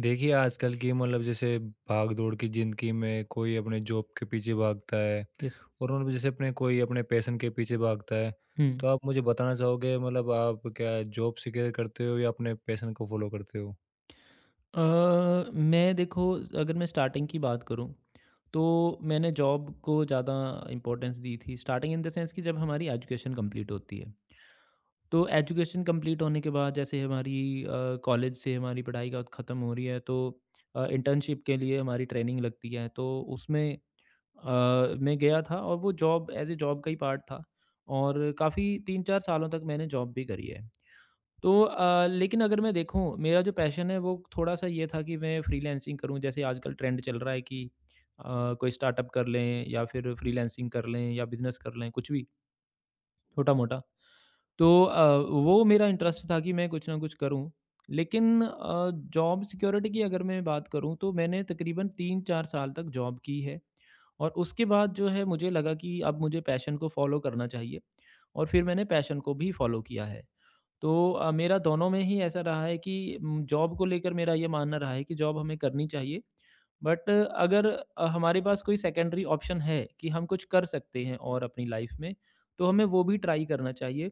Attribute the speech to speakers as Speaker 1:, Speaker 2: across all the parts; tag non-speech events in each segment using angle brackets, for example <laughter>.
Speaker 1: देखिए, आजकल की मतलब जैसे भाग-दौड़ की ज़िंदगी में कोई अपने जॉब के पीछे भागता है,
Speaker 2: यस।
Speaker 1: और उन जैसे अपने कोई अपने पैशन के पीछे भागता है।
Speaker 2: हुँ।
Speaker 1: तो आप मुझे बताना चाहोगे, मतलब आप क्या जॉब सिक्योर करते हो या अपने पैशन को फ़ॉलो करते हो?
Speaker 2: अ, मैं देखो, अगर मैं स्टार्टिंग की बात करूँ, तो मैंने जॉब को ज़्यादा इम्पोर्टेंस दी थी। स्टार्टिंग इन द सेंस कि जब हमारी एजुकेशन कंप्लीट होती है। तो एजुकेशन कंप्लीट होने के बाद जैसे हमारी अ, कॉलेज से हमारी पढ़ाई का खत्म हो रही है, तो इंटर्नशिप के लिए हमारी ट्रेनिंग लगती है। तो उसमें मैं गया था और वो जॉब एज़ अ जॉब का ही पार्ट था और काफ़ी 3-4 सालों तक मैंने जॉब भी करी है। तो लेकिन अगर मैं देखूँ, मेरा जो पैशन है वो थोड़ा-सा ये था कि मैं फ्रीलांसिंग करूँ, जैसे आजकल ट्रेंड चल रहा है कि अ, कोई स्टार्टअप कर लें या फिर फ्रीलांसिंग कर लें या बिज़नेस कर लें, कुछ भी छोटा-मोटा। तो वो मेरा इंटरेस्ट था कि मैं कुछ ना कुछ करूँ। लेकिन जॉब सिक्योरिटी की अगर मैं बात करूँ, तो मैंने तकरीबन 3-4 साल तक जॉब की है और उसके बाद जो है मुझे लगा कि अब मुझे पैशन को फ़ॉलो करना चाहिए और फिर मैंने पैशन को भी फ़ॉलो किया है। तो मेरा दोनों में ही ऐसा रहा है कि जॉब को लेकर मेरा ये मानना रहा है कि जॉब हमें करनी चाहिए। बट अगर हमारे पास कोई सेकेंडरी ऑप्शन है कि हम कुछ कर सकते हैं, और अपनी लाइफ में, तो हमें वो भी ट्राई करना चाहिए।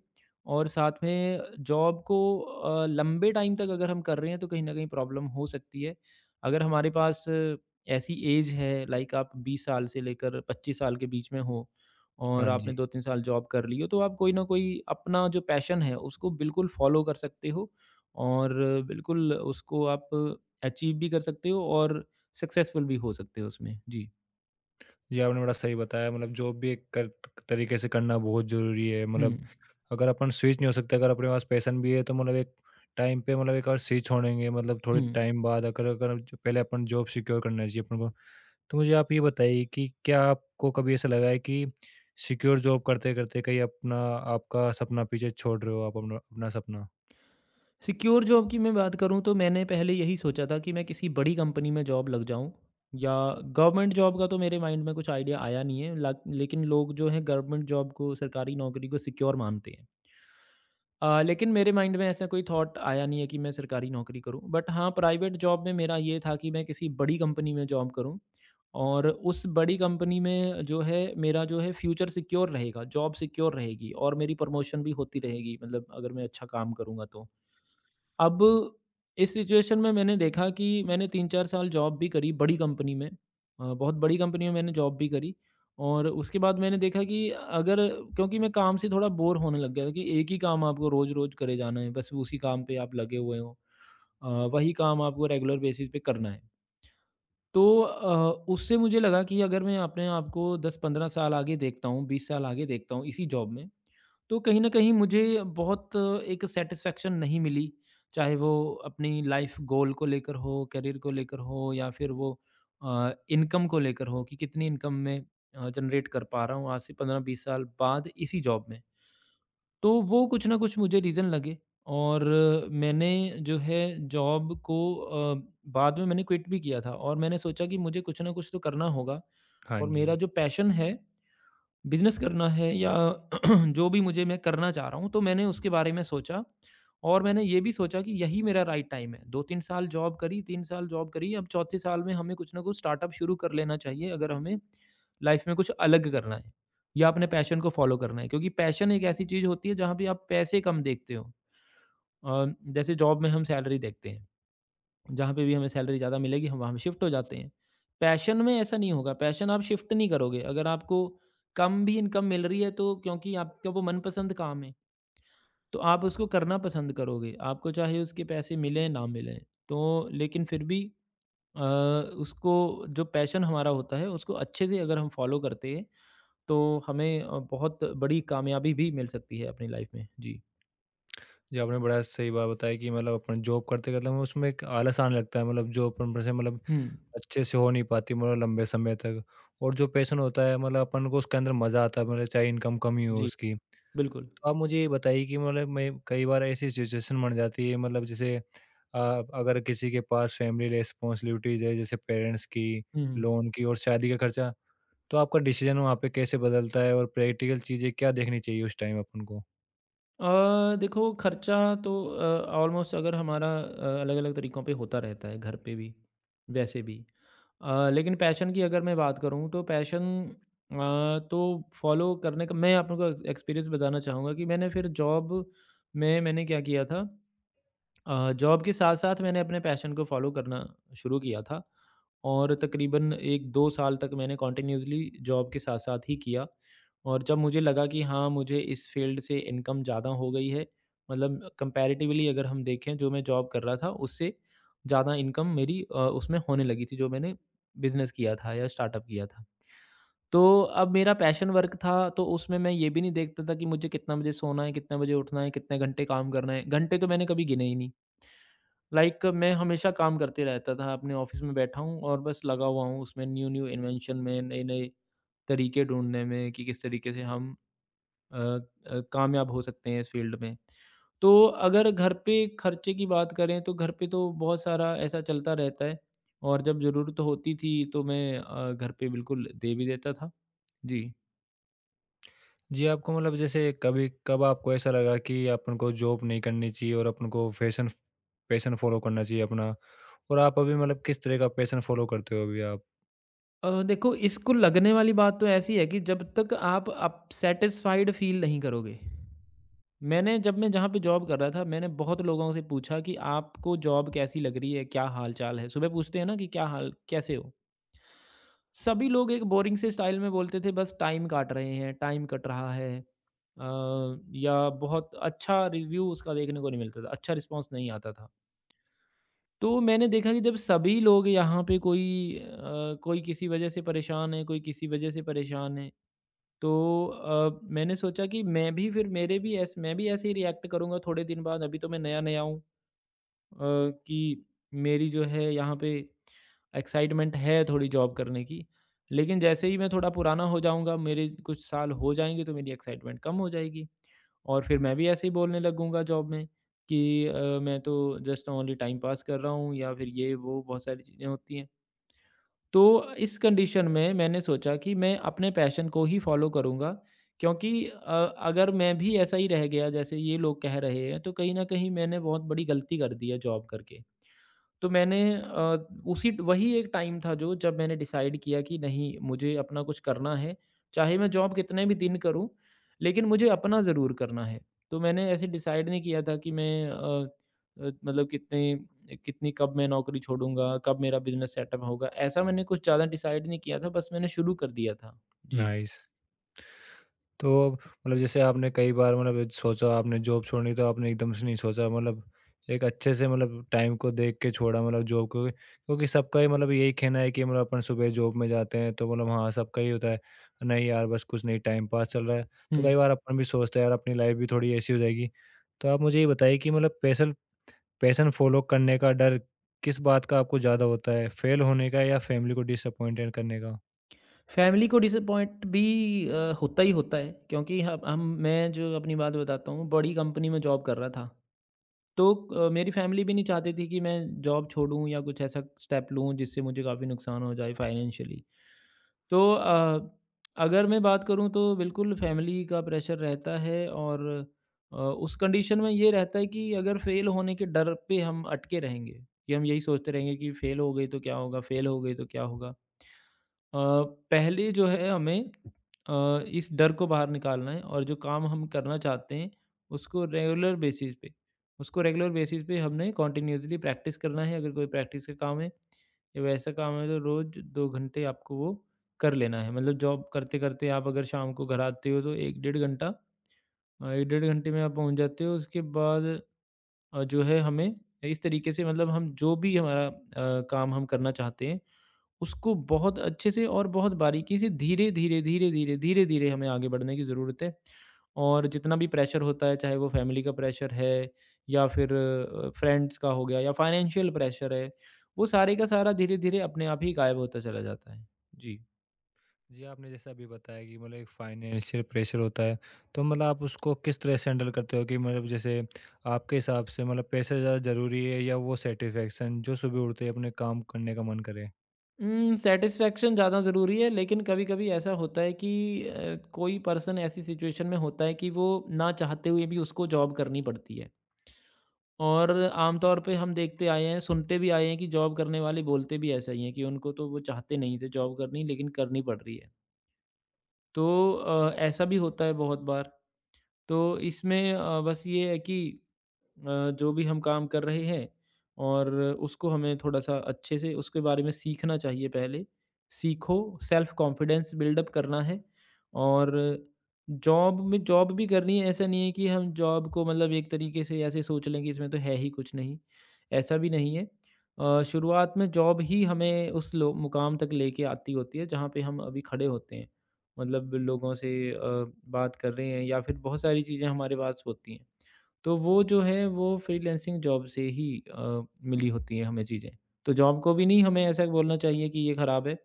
Speaker 2: और साथ में जॉब को लंबे टाइम तक अगर हम कर रहे हैं, तो कहीं न कहीं प्रॉब्लम हो सकती है। अगर हमारे पास ऐसी एज है, लाइक आप 20 साल से लेकर 25 साल के बीच में हो और
Speaker 1: हाँ जी।
Speaker 2: आपने 2-3 साल जॉब कर ली हो, तो आप कोई ना कोई अपना जो पैशन है, उसको बिल्कुल फ़ॉलो कर सकते हो और बिल्कुल उसको आप अचीव भी कर सकते हो और सक्सेसफुल भी हो सकते हो उसमें। जी।
Speaker 1: ये आपने बड़ा सही बताया, मतलब जॉब भी एक कर तरीके से करना बहुत ज़रूरी है।
Speaker 2: हुँ,
Speaker 1: मतलब अगर अपन स्विच नहीं हो सकते, अगर अपने पास पैशन भी है, तो मतलब एक टाइम पे मतलब एक और स्विच होनेंगे, मतलब थोड़े
Speaker 2: हुँ।
Speaker 1: टाइम बाद अगर अगर पहले अपन जॉब सिक्योर करना चाहिए अपने को। तो मुझे आप ये बताइए कि क्या आपको कभी ऐसा लगा है कि सिक्योर जॉब करते-करते कहीं अपना आपका सपना पीछे छोड़ रहे हो आप, अपना अपना सपना?
Speaker 2: सिक्योर जॉब की मैं बात करूँ, तो मैंने पहले यही सोचा था कि मैं किसी बड़ी कंपनी में जॉब लग जाऊँ या गवर्नमेंट जॉब का तो मेरे माइंड में कुछ आइडिया आया नहीं है। लक लेकिन लोग जो हैं गवर्नमेंट जॉब को, सरकारी नौकरी को सिक्योर मानते हैं। लेकिन मेरे माइंड में ऐसा कोई थॉट आया नहीं है कि मैं सरकारी नौकरी करूँ। बट हाँ, प्राइवेट जॉब में मेरा ये था कि मैं किसी बड़ी कंपनी में जॉब करूँ और उस बड़ी कंपनी में जो है मेरा जो है फ्यूचर सिक्योर रहेगा, जॉब सिक्योर रहेगी और मेरी प्रमोशन भी होती रहेगी, मतलब अगर मैं अच्छा काम करूँगा तो। अब इस सिचुएशन में मैंने देखा कि मैंने 3-4 साल जॉब भी करी बड़ी कंपनी में। बहुत बड़ी कंपनी में मैंने जॉब भी करी और उसके बाद मैंने देखा कि अगर क्योंकि मैं काम से थोड़ा बोर होने लग गया था कि एक ही काम आपको रोज़-रोज़ करे जाना है, बस उसी काम पे आप लगे हुए हो। अ, वही काम आपको रेगुलर बेसिस पे करना है। तो उससे मुझे लगा कि अगर मैं अपने आप को 10-15 साल आगे देखता हूँ, 20 साल आगे देखता हूँ इसी जॉब में, तो कहीं न कहीं मुझे बहुत एक सैटिस्फैक्शन नहीं मिली। चाहे वो अपनी लाइफ़ गोल को लेकर हो, करियर को लेकर हो या फिर वो इनकम को लेकर हो कि कितनी इनकम मैं जनरेट कर पा रहा हूँ आज से 15-20 साल बाद इसी जॉब में। तो वो कुछ ना कुछ मुझे रीज़न लगे और मैंने जो है जॉब को बाद में मैंने क्विट भी किया था और मैंने सोचा कि मुझे कुछ ना कुछ तो करना होगा
Speaker 1: हाँ
Speaker 2: और
Speaker 1: जी।
Speaker 2: मेरा जो पैशन है, बिज़नेस करना है या <clears throat> जो भी मुझे मैं करना चाह रहा हूँ, तो मैंने उसके बारे में सोचा और मैंने ये भी सोचा कि यही मेरा राइट टाइम है। 2-3 साल जॉब करी, 3 साल जॉब करी, अब चौथे साल में हमें कुछ ना कुछ स्टार्टअप शुरू कर लेना चाहिए अगर हमें लाइफ़ में कुछ अलग करना है या अपने पैशन को फ़ॉलो करना है। क्योंकि पैशन एक ऐसी चीज़ होती है जहाँ पे आप पैसे कम देखते हो। अ, जैसे जॉब में हम सैलरी देखते हैं। जहाँ पे भी हमें सैलरी ज़्यादा मिलेगी हम वहाँ पे शिफ्ट हो जाते हैं। पैशन में ऐसा नहीं होगा, पैशन आप शिफ्ट नहीं करोगे। अगर आपको कम भी इनकम मिल रही है, तो क्योंकि आपका वो मनपसंद काम है, तो आप उसको करना पसंद करोगे। आपको चाहे उसके पैसे मिलें ना मिलें। तो लेकिन फिर भी अ, उसको जो पैशन हमारा होता है उसको अच्छे से अगर हम फॉलो करते हैं, तो हमें बहुत बड़ी कामयाबी भी मिल सकती है अपनी लाइफ में। जी।
Speaker 1: जी, आपने बड़ा सही बात बताई कि मतलब अपन जॉब करते-करते हमें उसमें एक आलस आने लगता है, मतलब जॉब अपन से मतलब
Speaker 2: हुँ।
Speaker 1: अच्छे से हो नहीं पाती मतलब लंबे समय तक। और जो पैशन होता है, मतलब अपन को उसके अंदर मज़ा आता है, मतलब चाहे इनकम कम ही हो
Speaker 2: जी,
Speaker 1: उसकी।
Speaker 2: बिल्कुल।
Speaker 1: आप मुझे ये बताइए कि मतलब मैं कई बार ऐसी सिचुएशन बन जाती है, मतलब जैसे अगर किसी के पास फैमिली रिस्पॉन्सिबिलिटीज है, जैसे पेरेंट्स की,
Speaker 2: हुँ, हुँ।
Speaker 1: लोन की और शादी का खर्चा, तो आपका डिसीजन वहाँ पे कैसे बदलता है और प्रैक्टिकल चीज़ें क्या देखनी चाहिए उस टाइम अपन को?
Speaker 2: देखो, खर्चा तो ऑलमोस्ट अगर हमारा अलग अलग तरीक़ों पे होता रहता है घर पे भी, वैसे भी। लेकिन पैशन की अगर मैं बात करूँ, तो पैशन तो फ़ॉलो करने का मैं आपको एक्सपीरियंस बताना चाहूँगा कि मैंने फिर जॉब में मैंने क्या किया था, जॉब के साथ-साथ मैंने अपने पैशन को फ़ॉलो करना शुरू किया था और तकरीबन 1-2 साल तक मैंने कंटिन्यूअसली जॉब के साथ-साथ ही किया और जब मुझे लगा कि हाँ, मुझे इस फ़ील्ड से इनकम ज़्यादा हो गई है, मतलब कंपैरेटिवली अगर हम देखें जो मैं जॉब कर रहा था, उससे ज़्यादा इनकम मेरी उसमें होने लगी थी, जो मैंने बिज़नेस किया था या स्टार्टअप किया था। तो अब मेरा पैशन वर्क था, तो उसमें मैं ये भी नहीं देखता था कि मुझे कितना बजे सोना है, कितने बजे उठना है, कितने घंटे काम करना है। घंटे तो मैंने कभी गिने ही नहीं। लाइक मैं हमेशा काम करते रहता था, अपने ऑफ़िस में बैठा हूँ और बस लगा हुआ हूँ उसमें न्यू-न्यू इन्वेंशन में, नए-नए तरीके ढूँढने में कि किस तरीके से हम कामयाब हो सकते हैं इस फ़ील्ड में। तो अगर घर पे खर्चे की बात करें, तो घर पे तो बहुत सारा ऐसा चलता रहता है और जब ज़रूरत होती थी, तो मैं घर पे बिल्कुल दे भी देता था। जी।
Speaker 1: जी, आपको मतलब जैसे कभी कब आपको ऐसा लगा कि अपन को जॉब नहीं करनी चाहिए और अपन को फैशन पैशन फॉलो करना चाहिए अपना, और आप अभी मतलब किस तरह का पैशन फॉलो करते हो अभी आप?
Speaker 2: देखो, इसको लगने वाली बात तो ऐसी है कि जब तक आप अप सैटिस्फाइड फ़ील नहीं करोगे, मैंने जब मैं जहाँ पे जॉब कर रहा था, मैंने बहुत लोगों से पूछा कि आपको जॉब कैसी लग रही है? क्या हाल-चाल है? सुबह पूछते हैं ना कि क्या हाल कैसे हो? सभी लोग एक बोरिंग से स्टाइल में बोलते थे, बस टाइम काट रहे हैं, टाइम कट रहा है। या बहुत अच्छा रिव्यू उसका देखने को नहीं मिलता था, अच्छा रिस्पॉन्स नहीं आता था। तो मैंने देखा कि जब सभी लोग यहाँ पे कोई किसी वजह से परेशान है, कोई किसी वजह से परेशान है। तो मैंने सोचा कि मैं भी ऐसे ही रिएक्ट करूँगा थोड़े दिन बाद, अभी तो मैं नया-नया हूँ, अ, कि मेरी जो है यहाँ पे एक्साइटमेंट है थोड़ी जॉब करने की। लेकिन जैसे ही मैं थोड़ा पुराना हो जाऊँगा, मेरे कुछ साल हो जाएँगे, तो मेरी एक्साइटमेंट कम हो जाएगी और फिर मैं भी ऐसे ही बोलने लगूँगा जॉब में कि मैं तो जस्ट ओनली टाइम पास कर रहा हूँ या फिर ये वो बहुत सारी चीज़ें होती हैं। तो इस कंडीशन में मैंने सोचा कि मैं अपने पैशन को ही फॉलो करूँगा क्योंकि अगर मैं भी ऐसा ही रह गया जैसे ये लोग कह रहे हैं, तो कहीं न कहीं मैंने बहुत बड़ी गलती कर दी है जॉब करके। तो मैंने अ, उसी वही एक टाइम था जो जब मैंने डिसाइड किया कि नहीं मुझे अपना कुछ करना है, चाहे मैं जॉब कितने भी दिन करूँ, लेकिन मुझे अपना ज़रूर करना है। तो मैंने ऐसे डिसाइड नहीं किया था कि मतलब कितने कितनी कब मैं नौकरी छोड़ूँगा, कब मेरा बिज़नेस सेटअप होगा, ऐसा मैंने कुछ ज़्यादा डिसाइड नहीं किया था, बस मैंने शुरू कर दिया था। जी।
Speaker 1: नाइस। तो मतलब जैसे आपने कई बार मतलब सोचा आपने जॉब छोड़नी, तो आपने एकदम से नहीं सोचा, मतलब एक अच्छे से मतलब टाइम को देख के छोड़ा मतलब जॉब को, क्योंकि सबका ही मतलब यही कहना है कि मतलब अपन सुबह जॉब में जाते हैं तो मतलब हाँ, सबका ही होता है, नहीं यार बस कुछ नहीं, टाइम पास चल रहा है। तो
Speaker 2: हुँ।
Speaker 1: कई बार अपन भी सोचते हैं यार, अपनी लाइफ भी थोड़ी ऐसी हो जाएगी। तो आप मुझे ये बताइए कि मतलब पैशन पैशन फॉलो करने का डर किस बात का आपको ज़्यादा होता है, फेल होने का या फैमिली को डिसअपॉइंटेड करने का?
Speaker 2: फैमिली को डिसअपॉइंट भी होता ही होता है क्योंकि हम मैं जो अपनी बात बताता हूँ, बड़ी कंपनी में जॉब कर रहा था। तो मेरी फैमिली भी नहीं चाहती थी कि मैं जॉब छोड़ूँ या कुछ ऐसा स्टेप लूँ जिससे मुझे काफ़ी नुकसान हो जाए फाइनेंशियली। तो अगर मैं बात करूँ तो बिल्कुल फैमिली का प्रेशर रहता है और उस कंडीशन में ये रहता है कि अगर फेल होने के डर पे हम अटके रहेंगे, कि हम यही सोचते रहेंगे कि फेल हो गई तो क्या होगा, फेल हो गई तो क्या होगा। अ, पहले जो है हमें इस डर को बाहर निकालना है और जो काम हम करना चाहते हैं उसको रेगुलर बेसिस पे उसको रेगुलर बेसिस पे हमने कॉन्टिन्यूसली प्रैक्टिस करना है, अगर कोई प्रैक्टिस का काम है या वैसा काम है, तो रोज़ 2 घंटे आपको वो कर लेना है, मतलब जॉब करते करते आप अगर शाम को घर आते हो, तो एक डेढ़ घंटे में आप पहुंच जाते हो, उसके बाद जो है हमें इस तरीके से, मतलब हम जो भी हमारा काम हम करना चाहते हैं उसको बहुत अच्छे से और बहुत बारीकी से धीरे-धीरे, धीरे-धीरे, धीरे-धीरे हमें आगे बढ़ने की ज़रूरत है। और जितना भी प्रेशर होता है, चाहे वो फैमिली का प्रेशर है या फिर फ्रेंड्स का हो गया या फाइनेंशियल प्रेशर है, वो सारे का सारा धीरे-धीरे अपने आप ही गायब होता चला जाता है। जी।
Speaker 1: जी, आपने जैसे अभी बताया कि मतलब एक फाइनेंशियल प्रेशर होता है, तो मतलब आप उसको किस तरह से हैंडल करते हो कि मतलब जैसे आपके हिसाब से मतलब पैसा ज़्यादा ज़रूरी है, या वो सैटिस्फैक्शन जो सुबह उठते ही अपने काम करने का मन करे?
Speaker 2: सैटिस्फैक्शन ज़्यादा ज़रूरी है, लेकिन कभी-कभी ऐसा होता है कि कोई पर्सन ऐसी सिचुएशन में होता है कि वो ना चाहते हुए भी उसको जॉब करनी पड़ती है। और आमतौर पे हम देखते आए हैं, सुनते भी आए हैं कि जॉब करने वाले बोलते भी ऐसा ही हैं कि उनको तो वो चाहते नहीं थे जॉब करनी लेकिन करनी पड़ रही है। तो ऐसा भी होता है बहुत बार। तो इसमें बस ये है कि अ, जो भी हम काम कर रहे हैं और उसको हमें थोड़ा-सा अच्छे से उसके बारे में सीखना चाहिए पहले। सीखो, सेल्फ कॉन्फिडेंस बिल्डअप करना है और जॉब में जॉब भी करनी है, ऐसा नहीं है कि हम जॉब को मतलब एक तरीके से ऐसे सोच लें कि इसमें तो है ही कुछ नहीं, ऐसा भी नहीं है। शुरुआत में जॉब ही हमें उस लो मुकाम तक लेके आती होती है, जहाँ पे हम अभी खड़े होते हैं। मतलब लोगों से बात कर रहे हैं या फिर बहुत सारी चीज़ें हमारे पास होती हैं। तो वो जो है वो फ्रीलांसिंग जॉब से ही मिली होती हैं हमें चीज़ें। तो जॉब को भी नहीं हमें ऐसा बोलना चाहिए कि ये खराब है।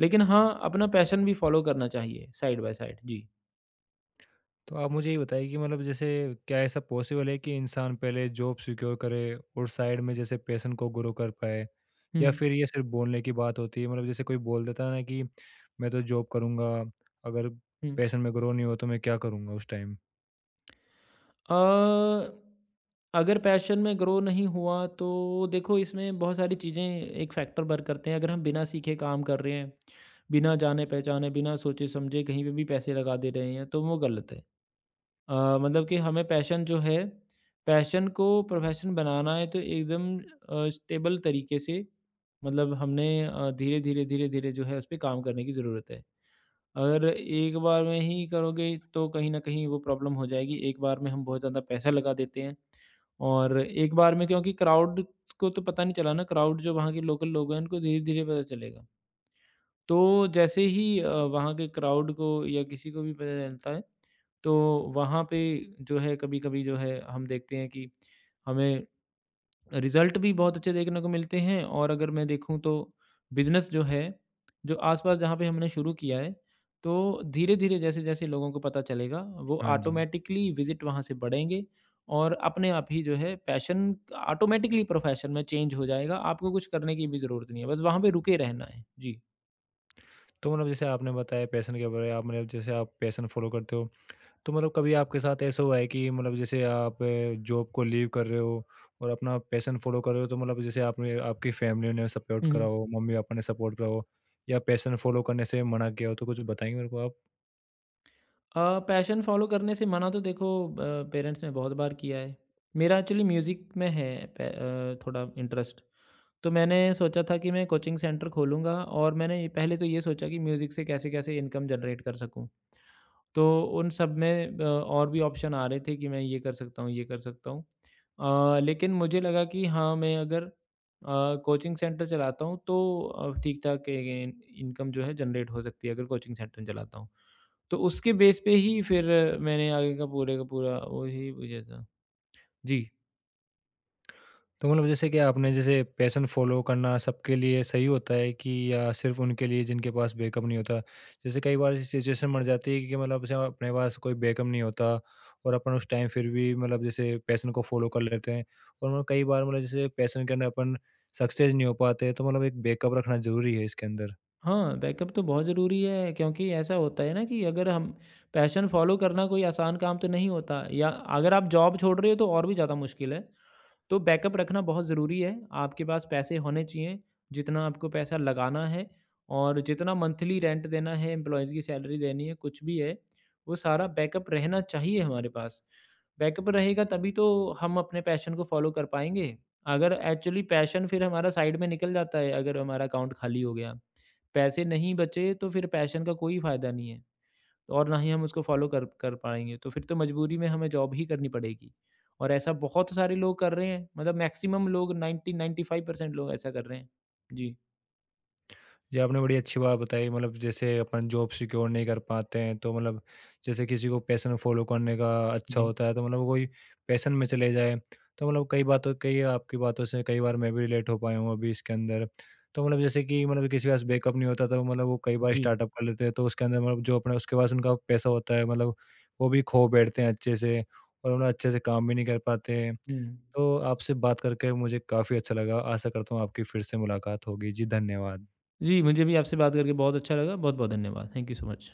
Speaker 2: लेकिन हाँ, अपना पैशन भी फ़ॉलो करना चाहिए साइड बाय साइड। जी।
Speaker 1: तो आप मुझे ये बताइए कि मतलब जैसे क्या ऐसा पॉसिबल है कि इंसान पहले जॉब सिक्योर करे और साइड में जैसे पैशन को ग्रो कर पाए?
Speaker 2: हुँ,
Speaker 1: या फिर ये सिर्फ बोलने की बात होती है? मतलब जैसे कोई बोल देता है ना कि मैं तो जॉब करूँगा, अगर
Speaker 2: हुँ।
Speaker 1: पैशन में ग्रो नहीं हुआ तो मैं क्या करूँगा उस टाइम?
Speaker 2: अ, अगर पैशन में ग्रो नहीं हुआ तो देखो इसमें बहुत सारी चीज़ें एक फैक्टर वर्क करते हैं अगर हम बिना सीखे काम कर रहे हैं बिना जाने पहचाने बिना सोचे समझे कहीं पे भी पैसे लगा दे रहे हैं तो वो गलत है। मतलब कि हमें पैशन जो है पैशन को प्रोफेशन बनाना है तो एकदम स्टेबल तरीके से मतलब हमने धीरे धीरे धीरे धीरे जो है उस पर काम करने की ज़रूरत है। अगर एक बार में ही करोगे तो कहीं न कहीं वो प्रॉब्लम हो जाएगी। एक बार में हम बहुत ज़्यादा पैसा लगा देते हैं और एक बार में क्योंकि क्राउड को तो पता नहीं चला ना, क्राउड जो वहाँ के लोकल लोग हैं उनको धीरे-धीरे पता चलेगा। तो जैसे ही वहाँ के क्राउड को या किसी को भी पता चलता है, तो वहाँ पे जो है कभी-कभी जो है हम देखते हैं कि हमें रिज़ल्ट भी बहुत अच्छे देखने को मिलते हैं और अगर मैं देखूँ तो बिज़नेस जो है, जो आस-पास जहाँ पे हमने शुरू किया है, तो धीरे-धीरे जैसे-जैसे लोगों को पता चलेगा, वो
Speaker 1: हाँ जी।
Speaker 2: ऑटोमैटिकली विज़िट वहाँ से बढ़ेंगे और अपने आप ही जो है पैशन ऑटोमैटिकली प्रोफ़ेशन में चेंज हो जाएगा। आपको कुछ करने की भी ज़रूरत नहीं है, बस वहाँ पे रुके रहना है। जी।
Speaker 1: तो मतलब जैसे आपने बताया पैशन के बारे में, आप मतलब जैसे आप पैशन फॉलो करते हो, तो मतलब कभी आपके साथ ऐसा हुआ है कि मतलब जैसे आप जॉब को लीव कर रहे हो और अपना पैशन फॉलो कर रहे हो, तो मतलब जैसे आपने आपकी फैमिली ने सपोर्ट
Speaker 2: हुँ,
Speaker 1: करा
Speaker 2: हुँ।
Speaker 1: हो, मम्मी पापा ने सपोर्ट करा हो, या पैशन फॉलो करने से मना किया हो, तो कुछ बताएंगे मेरे को आप?
Speaker 2: पैशन फ़ॉलो करने से मना तो देखो पेरेंट्स ने बहुत बार किया है। मेरा एक्चुअली म्यूज़िक में है थोड़ा इंटरेस्ट। तो मैंने सोचा था कि मैं कोचिंग सेंटर खोलूँगा और मैंने पहले तो ये सोचा कि म्यूज़िक से कैसे-कैसे इनकम जनरेट कर सकूँ। तो उन सब में और भी ऑप्शन आ रहे थे कि मैं ये कर सकता हूँ, ये कर सकता हूँ। लेकिन मुझे लगा कि हाँ, मैं अगर कोचिंग सेंटर चलाता हूँ तो ठीक-ठाक इन इनकम जो है जनरेट हो सकती है अगर कोचिंग सेंटर चलाता हूँ। तो उसके बेस पे ही फिर मैंने आगे का पूरे का पूरा वही बुझा था। जी।
Speaker 1: तो मतलब जैसे कि आपने जैसे पैशन फॉलो करना सबके लिए सही होता है कि या सिर्फ उनके लिए जिनके पास बैकअप नहीं होता? जैसे कई बार ऐसी सिचुएशन बन जाती है कि मतलब जैसे अपने पास कोई बैकअप नहीं होता, और अपन उस टाइम फिर भी मतलब जैसे पैशन को फॉलो कर लेते हैं, और मतलब कई बार मतलब जैसे पैशन के अंदर अपन सक्सेस नहीं हो पाते, तो मतलब एक बैकअप रखना जरूरी है इसके अंदर।
Speaker 2: हाँ, बैकअप तो बहुत ज़रूरी है क्योंकि ऐसा होता है ना कि अगर हम पैशन फ़ॉलो करना कोई आसान काम तो नहीं होता या अगर आप जॉब छोड़ रहे हो तो और भी ज़्यादा मुश्किल है। तो बैकअप रखना बहुत ज़रूरी है। आपके पास पैसे होने चाहिए, जितना आपको पैसा लगाना है और जितना मंथली रेंट देना है, एम्प्लॉइज़ की सैलरी देनी है, कुछ भी है, वो सारा बैकअप रहना चाहिए हमारे पास। बैकअप रहेगा तभी तो हम अपने पैशन को फ़ॉलो कर पाएँगे। अगर एक्चुअली पैशन फिर हमारा साइड में निकल जाता है, अगर हमारा अकाउंट खाली हो गया। पैसे नहीं बचे तो फिर पैशन का कोई फ़ायदा नहीं है और ना ही हम उसको फ़ॉलो कर कर पाएँगे। तो फिर तो मजबूरी में हमें जॉब ही करनी पड़ेगी और ऐसा बहुत सारे लोग कर रहे हैं। मतलब मैक्सिमम लोग 90-95% लोग ऐसा कर रहे हैं। जी,
Speaker 1: जी, आपने बड़ी अच्छी बात बताई मतलब जैसे अपन जॉब सिक्योर नहीं कर पाते हैं, तो मतलब जैसे किसी को पैशन फॉलो करने का अच्छा
Speaker 2: जी,
Speaker 1: होता है, तो मतलब वो कोई पैशन में चले जाए। तो मतलब कई आपकी बातों से कई बार मैं भी रिलेट हो पाया हूँ अभी इसके अंदर। तो मतलब जैसे कि मतलब किसी के पास बैकअप नहीं होता, तो मतलब वो कई बार
Speaker 2: जी।
Speaker 1: स्टार्टअप कर लेते हैं, तो उसके अंदर मतलब जो अपने उसके पास उनका पैसा होता है मतलब वो भी खो बैठते हैं अच्छे से, और मतलब अच्छे से काम भी नहीं कर पाते हैं।
Speaker 2: हुँ।
Speaker 1: तो आपसे बात करके मुझे काफ़ी अच्छा लगा, आशा करता हूँ आपकी फिर से मुलाकात होगी। जी, धन्यवाद।
Speaker 2: जी, मुझे भी आपसे बात करके बहुत अच्छा लगा। बहुत-बहुत धन्यवाद। Thank you so much.